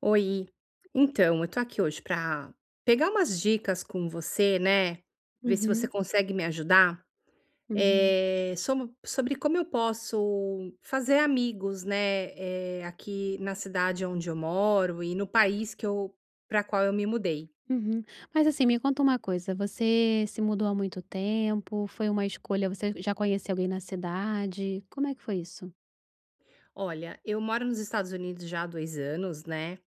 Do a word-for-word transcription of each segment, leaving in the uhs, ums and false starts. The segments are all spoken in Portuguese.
Oi, então eu tô aqui hoje pra pegar umas dicas com você, né, ver se você Uhum, consegue me ajudar, uhum, eh, somo sobre como eu posso fazer amigos, né, eh, aqui na cidade onde eu moro e no país que eu para qual eu me mudei. uhum. Mas assim, me conta uma coisa, você se mudou há muito tempo? Foi uma escolha? Você já conhecia alguém na cidade? Como é que foi isso? Olha, eu moro nos Estados Unidos já há dois anos, né,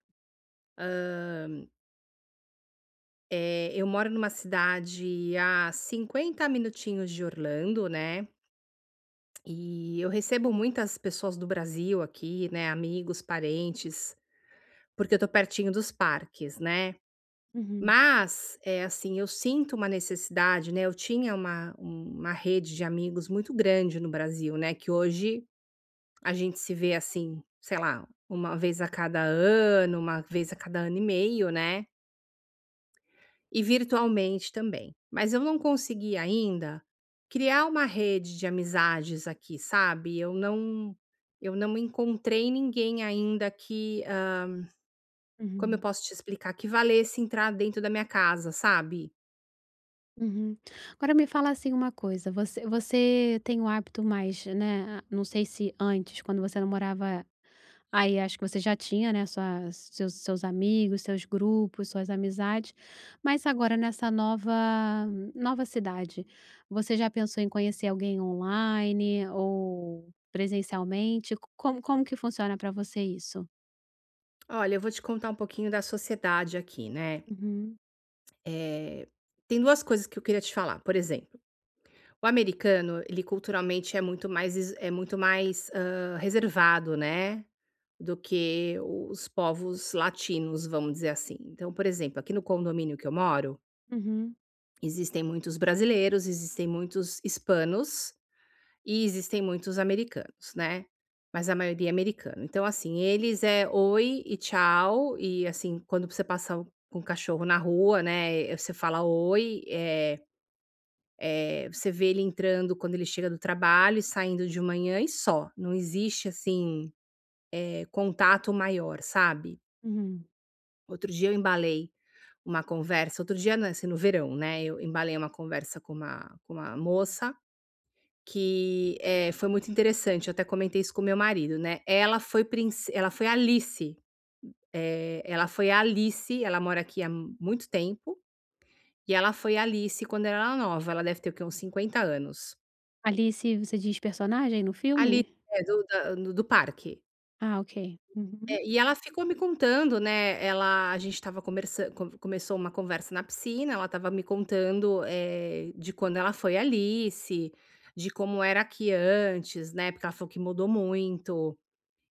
eh, eu moro numa cidade a cinquenta minutinhos de Orlando, né. E eu recebo muitas pessoas do Brasil aqui, né, amigos, parentes, porque eu tô pertinho dos parques, né. Uhum, Mas é assim, eu sinto uma necessidade, né, eu tinha uma uma rede de amigos muito grande no Brasil, né, que hoje a gente se vê, assim, sei lá, uma vez a cada ano, uma vez a cada ano e meio, né. E virtualmente também. Mas eu não consegui ainda criar uma rede de amizades aqui, sabe. Eu não eu não encontrei ninguém ainda que, hã, como eu uhum. posso te explicar? Que valesse entrar dentro da minha casa, sabe. Uhum. Agora me fala assim uma coisa, você você tem o hábito mais, né, não sei se antes, quando você não morava aí acho que você já tinha, né, sua seus seus amigos, seus grupos, suas amizades, mas agora nessa nova nova cidade, você já pensou em conhecer alguém online ou presencialmente? Como como que funciona para você isso? Olha, eu vou te contar um pouquinho da sociedade aqui, né. Uhum, Eh, tem duas coisas que eu queria te falar, por exemplo. O americano, ele culturalmente é muito mais is é muito mais, hã, reservado, né, do que os povos latinos, vamos dizer assim. Então, por exemplo, aqui no condomínio que eu moro, uhum, existem muitos brasileiros, existem muitos hispanos e existem muitos americanos, né, mas a maioria é americano. Então, assim, eles é "oi" e "tchau" e, assim, quando você passa com o cachorro na rua, né, você fala "oi", eh eh, você vê ele entrando quando ele chega do trabalho e saindo de manhã e só. Não existe, assim, eh, contato maior, sabe. uhum. Outro dia eu embalei uma conversa, outro dia não, assim, no verão, né, eu embalei uma conversa com uma com uma moça que, eh, foi muito interessante, eu até comentei isso com meu marido, né. Ela foi princ ela foi Alice, eh, ela foi a Alice, ela mora aqui há muito tempo, e ela foi a Alice quando ela era nova, ela deve ter o quê? Uns cinquenta anos. Alice, você diz personagem no Ali, filme? é, do da do do parque. Ah, ok. Uhum. É, e ela ficou me contando, né, ela a gente estava conversan começou uma conversa na piscina, ela estava me contando, eh, de quando ela foi Alice, de como era aqui antes, né, porque ela falou que mudou muito.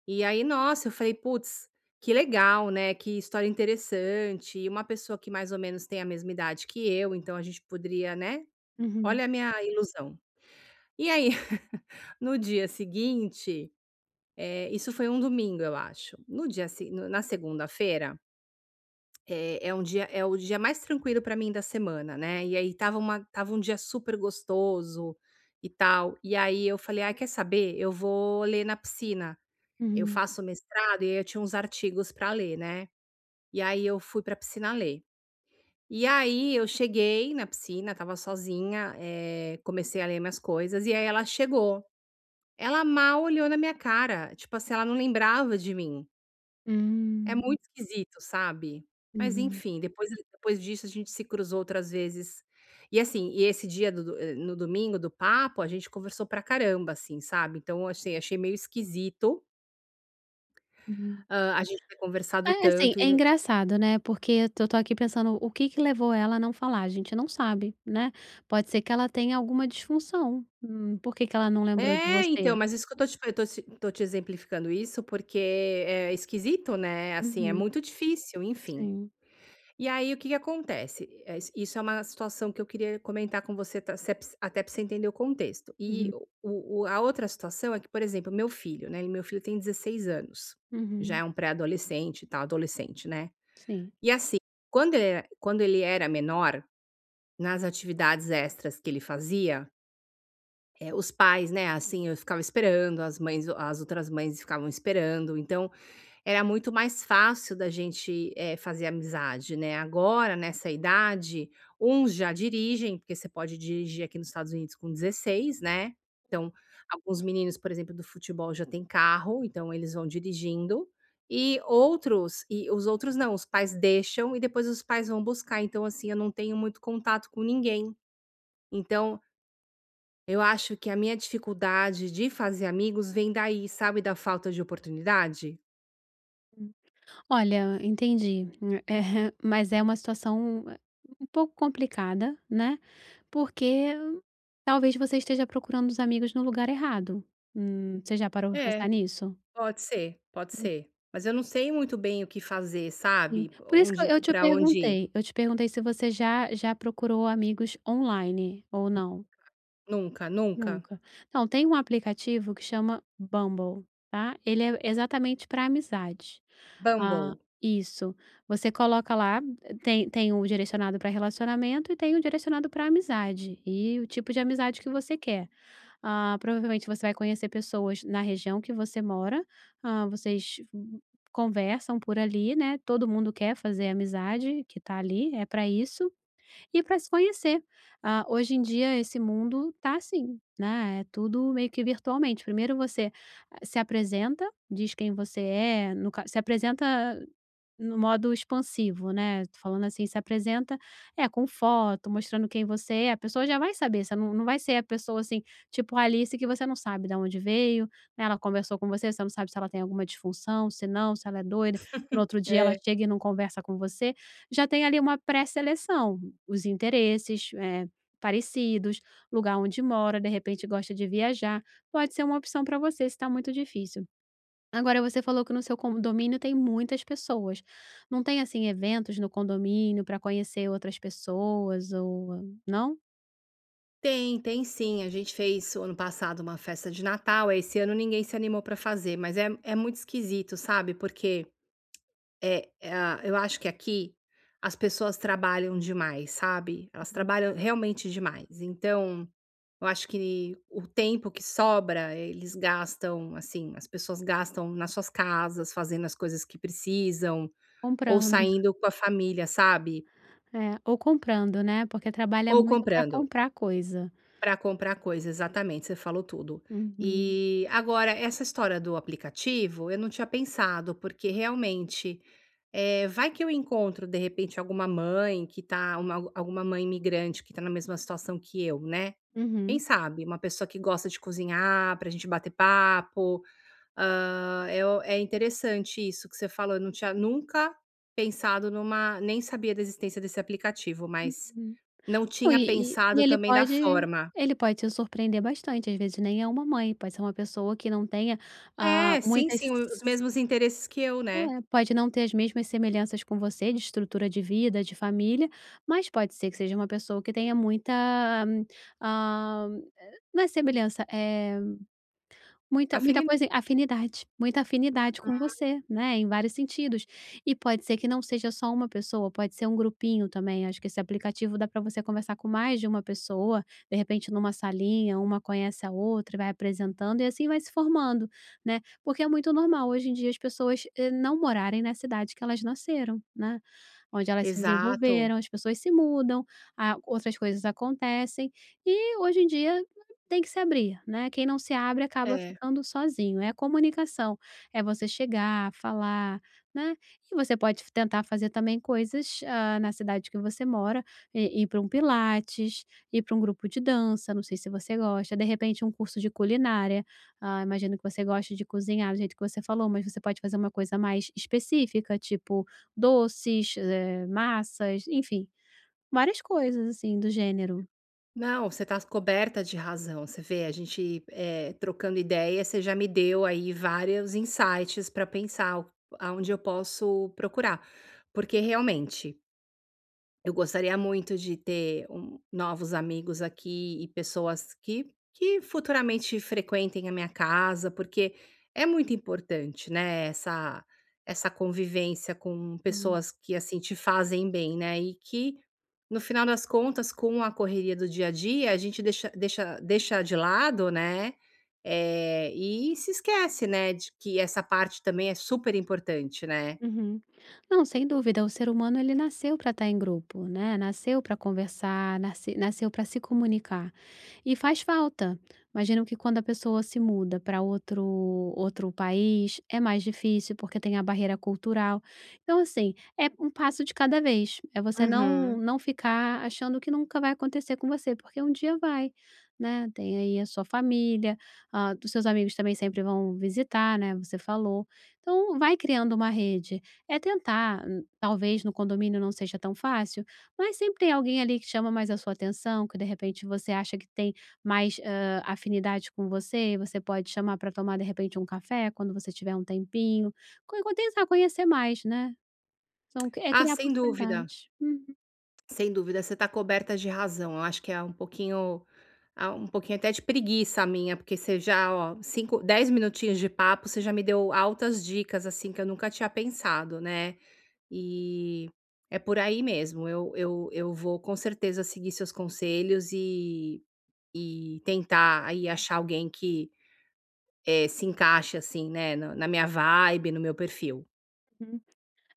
E aí, nossa, eu falei: "Putz, que legal, né, que história interessante, e uma pessoa que mais ou menos tem a mesma idade que eu, então a gente poderia, né". Uhum, Olha a minha ilusão. E aí, no dia seguinte. Eh, isso foi um domingo, eu acho. No dia se no na segunda-feira, eh, é um dia, é o dia mais tranquilo para mim da semana, né, e aí estava uma estava um dia super gostoso e tal, e aí eu falei: "Ai, quer saber? Eu vou ler na piscina". Eu uhum. faço mestrado e aí eu tinha uns artigos para ler, né, e aí eu fui pra piscina ler. E aí eu cheguei na piscina, estava sozinha, eh, comecei a ler minhas coisas, e aí ela chegou. Ela mal olhou na minha cara, tipo assim, ela não lembrava de mim. É Hum, muito esquisito, sabe. Mas uhum, enfim, depois depois disso a gente se cruzou outras vezes. E assim, e esse dia do do eh, no domingo do papo, a gente conversou pra caramba, assim, sabe. Então eu achei achei meio esquisito, uhum. hã, a gente ter conversado É, assim, tanto e é no... engraçado, né, porque eu tô tô aqui pensando o que que levou ela a não falar, a gente não sabe, né. Pode ser que ela tenha alguma disfunção, hum, por que que ela não lembrou de É, você? então, mas isso que eu tô te fa eu tô te tô te exemplificando isso, porque é esquisito, né, assim, é Uhum, muito difícil, enfim. sim, E aí o que que acontece? Eh, is Isso é uma situação que eu queria comentar com você, ta se é p até para você entender o contexto. E uhum, o o a outra situação é que, por exemplo, meu filho, né, meu filho tem dezesseis anos, já uhum, é um pré-adolescente e tal, adolescente, né. sim. E assim, quando ele era quando ele era menor, nas atividades extras que ele fazia, eh, os pais, né, assim, eu ficava esperando, as mães as outras mães ficavam esperando, então era muito mais fácil da gente, eh, fazer amizade, né. Agora, nessa idade, uns já dirigem, porque você pode dirigir aqui nos Estados Unidos com dezesseis, né. Então, alguns meninos, por exemplo, do futebol já têm carro, então eles vão dirigindo, e outros e os outros não, os pais deixam e depois os pais vão buscar. Então, assim, eu não tenho muito contato com ninguém. Então, eu acho que a minha dificuldade de fazer amigos vem daí, sabe, da falta de oportunidade? Olha, entendi, eh, mas é uma situação, eh, um pouco complicada, né, porque talvez você esteja procurando os amigos no lugar errado. Hum, você já parou pra É. pensar nisso? Pode ser, pode Hum, ser. Mas eu não sei muito bem o que fazer, sim. sabe? Por isso que eu Onde, eu te para onde ir. perguntei, eu te perguntei se você já já procurou amigos online ou não. Nunca, nunca. Nunca. Então tem um aplicativo que chama Bumble, tá? Ele é exatamente para amizade. Ah, Bumble. isso. Você coloca lá, tem tem o direcionado para relacionamento e tem o direcionado para amizade, e o tipo de amizade que você quer. Ah, provavelmente você vai conhecer pessoas na região que você mora, ah, vocês, hum, conversam por ali, né, todo mundo quer fazer amizade que tá ali, é para isso, e para se conhecer. Ah, hoje em dia esse mundo tá assim, né, é tudo meio que virtualmente. Primeiro você, ah, se apresenta, diz quem você é, no ca se apresenta no modo expansivo, né, tô falando assim, se apresenta, é, com foto, mostrando quem você é, a pessoa já vai saber, você não não vai ser a pessoa, assim, tipo a Alice que você não sabe de onde veio, né, ela conversou com você, você não sabe se ela tem alguma disfunção, se não, se ela é doida, que no outro dia ela É. chega e não conversa com você, já tem ali uma pré-seleção, os interesses, eh, parecidos, lugar onde mora, de repente gosta de viajar, pode ser uma opção para você se está muito difícil. Agora você falou que no seu condomínio tem muitas pessoas. Não tem, assim, eventos no condomínio para conhecer outras pessoas ou não? Tem, tem sim. A gente fez o ano passado uma festa de Natal, aí esse ano ninguém se animou para fazer, mas é, é muito esquisito, sabe? Porque é, é, ah, eu acho que aqui as pessoas trabalham demais, sabe? Elas Uhum. trabalham realmente demais. Então, eu acho que o tempo que sobra, eles gastam, assim, as pessoas gastam nas suas casas, fazendo as coisas que precisam, ou Comprando. saindo com a família, sabe? É, ou comprando, né, porque trabalha Ou muito para comprando. comprar coisa. Para comprar coisa, exatamente, você falou tudo. Uhum, E agora essa história do aplicativo, eu não tinha pensado, porque realmente, eh, vai que eu encontro de repente alguma mãe que tá, uma alguma mãe imigrante que tá na mesma situação que eu, né. Quem uhum, sabe, uma pessoa que gosta de cozinhar pra gente bater papo, hã, é o, é interessante isso que você falou, eu não tinha nunca pensado numa, nem sabia da existência desse aplicativo, mas uhum. não Não, tinha e e e pensado ele também da pode forma. ele pode te surpreender bastante, às vezes nem é uma mãe, pode ser uma pessoa que não tenha, ah, É, sim, sim, muitas. os mesmos interesses que eu, É, né. pode não ter as mesmas semelhanças com você de estrutura de vida, de família, mas pode ser que seja uma pessoa que tenha muita, hum, ah, não é semelhança, eh muita muita Afinidade. coisa afinidade, muita afinidade com você, né, em vários sentidos. E pode ser que não seja só uma pessoa, pode ser um grupinho também, acho que esse aplicativo dá para você conversar com mais de uma pessoa, de repente numa salinha, uma conhece a outra, vai apresentando e assim vai se formando, né. Porque é muito normal hoje em dia as pessoas, eh, não morarem na cidade que elas nasceram, né, onde elas se Exato. desenvolveram, as pessoas se mudam, ah, outras coisas acontecem, e hoje em dia tem que se abrir, né, quem não se abre acaba É. ficando sozinho, é a comunicação, é você chegar, falar, né, e você pode f tentar fazer também coisas, hã, na cidade que você mora, i ir para um pilates, ir para um grupo de dança, não sei se você gosta, de repente um curso de culinária, ah, imagino que você gosta de cozinhar do jeito que você falou, mas você pode fazer uma coisa mais específica, tipo doces, eh, massas, enfim, várias coisas assim do gênero. Não, você tá coberta de razão, você vê, a gente, eh, trocando ideia, você já me deu aí vários insights para pensar o aonde eu posso procurar. Porque realmente eu gostaria muito de ter um, novos amigos aqui e pessoas que que futuramente frequentem a minha casa, porque é muito importante, né, essa essa convivência com pessoas que, assim, te fazem bem, né, e que, no final das contas, com a correria do dia a dia, a gente deixa deixa deixa de lado, né, eh, e se esquece, né, de que essa parte também é super importante, né. Uhum. Não, sem dúvida, o ser humano ele nasceu para estar em grupo, né, nasceu para conversar, nasce nasceu para se comunicar. E faz falta. Imagino que quando a pessoa se muda para outro outro país, é mais difícil, porque tem a barreira cultural. Então, assim, é um passo de cada vez. É você não Uhum. não ficar achando que nunca vai acontecer com você, porque um dia vai, né. Tem aí a sua família, ah, os seus amigos também sempre vão visitar, né, você falou. Então, vai criando uma rede. É tentar, hum, talvez no condomínio não seja tão fácil, mas sempre tem alguém ali que chama mais a sua atenção, que de repente você acha que tem mais, hã, afinidade com você, você pode chamar para tomar, de repente, um café quando você tiver um tempinho, co tentar conhecer mais, né. Então é Ah, criar sem dúvida. possibilidades. Uhum. Sem dúvida, você está coberta de razão. Eu acho que é um pouquinho, ah, um pouquinho até de preguiça minha, porque você já, ó, cinco, dez minutinhos de papo, você já me deu altas dicas, assim, que eu nunca tinha pensado, né. E é por aí mesmo. Eu eu eu vou com certeza seguir seus conselhos e e tentar aí achar alguém que, eh, se encaixe, assim, né, na na minha vibe, no meu perfil.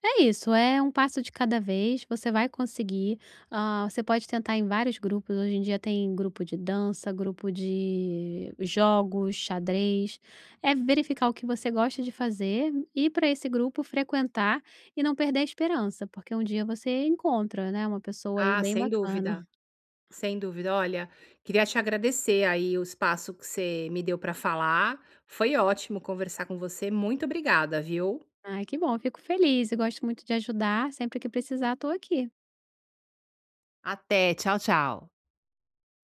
É isso, é um passo de cada vez, você vai conseguir. Ah, você pode tentar em vários grupos, hoje em dia tem grupo de dança, grupo de jogos, xadrez. É verificar o que você gosta de fazer, ir para esse grupo, frequentar e não perder a esperança, porque um dia você encontra, né, uma pessoa aí Ah, bem sem bacana. dúvida. Sem dúvida. Olha, queria te agradecer aí o espaço que você me deu para falar. Foi ótimo conversar com você. Muito obrigada, viu? Ai, que bom, eu fico feliz e gosto muito de ajudar, sempre que precisar estou aqui. Até, tchau, tchau.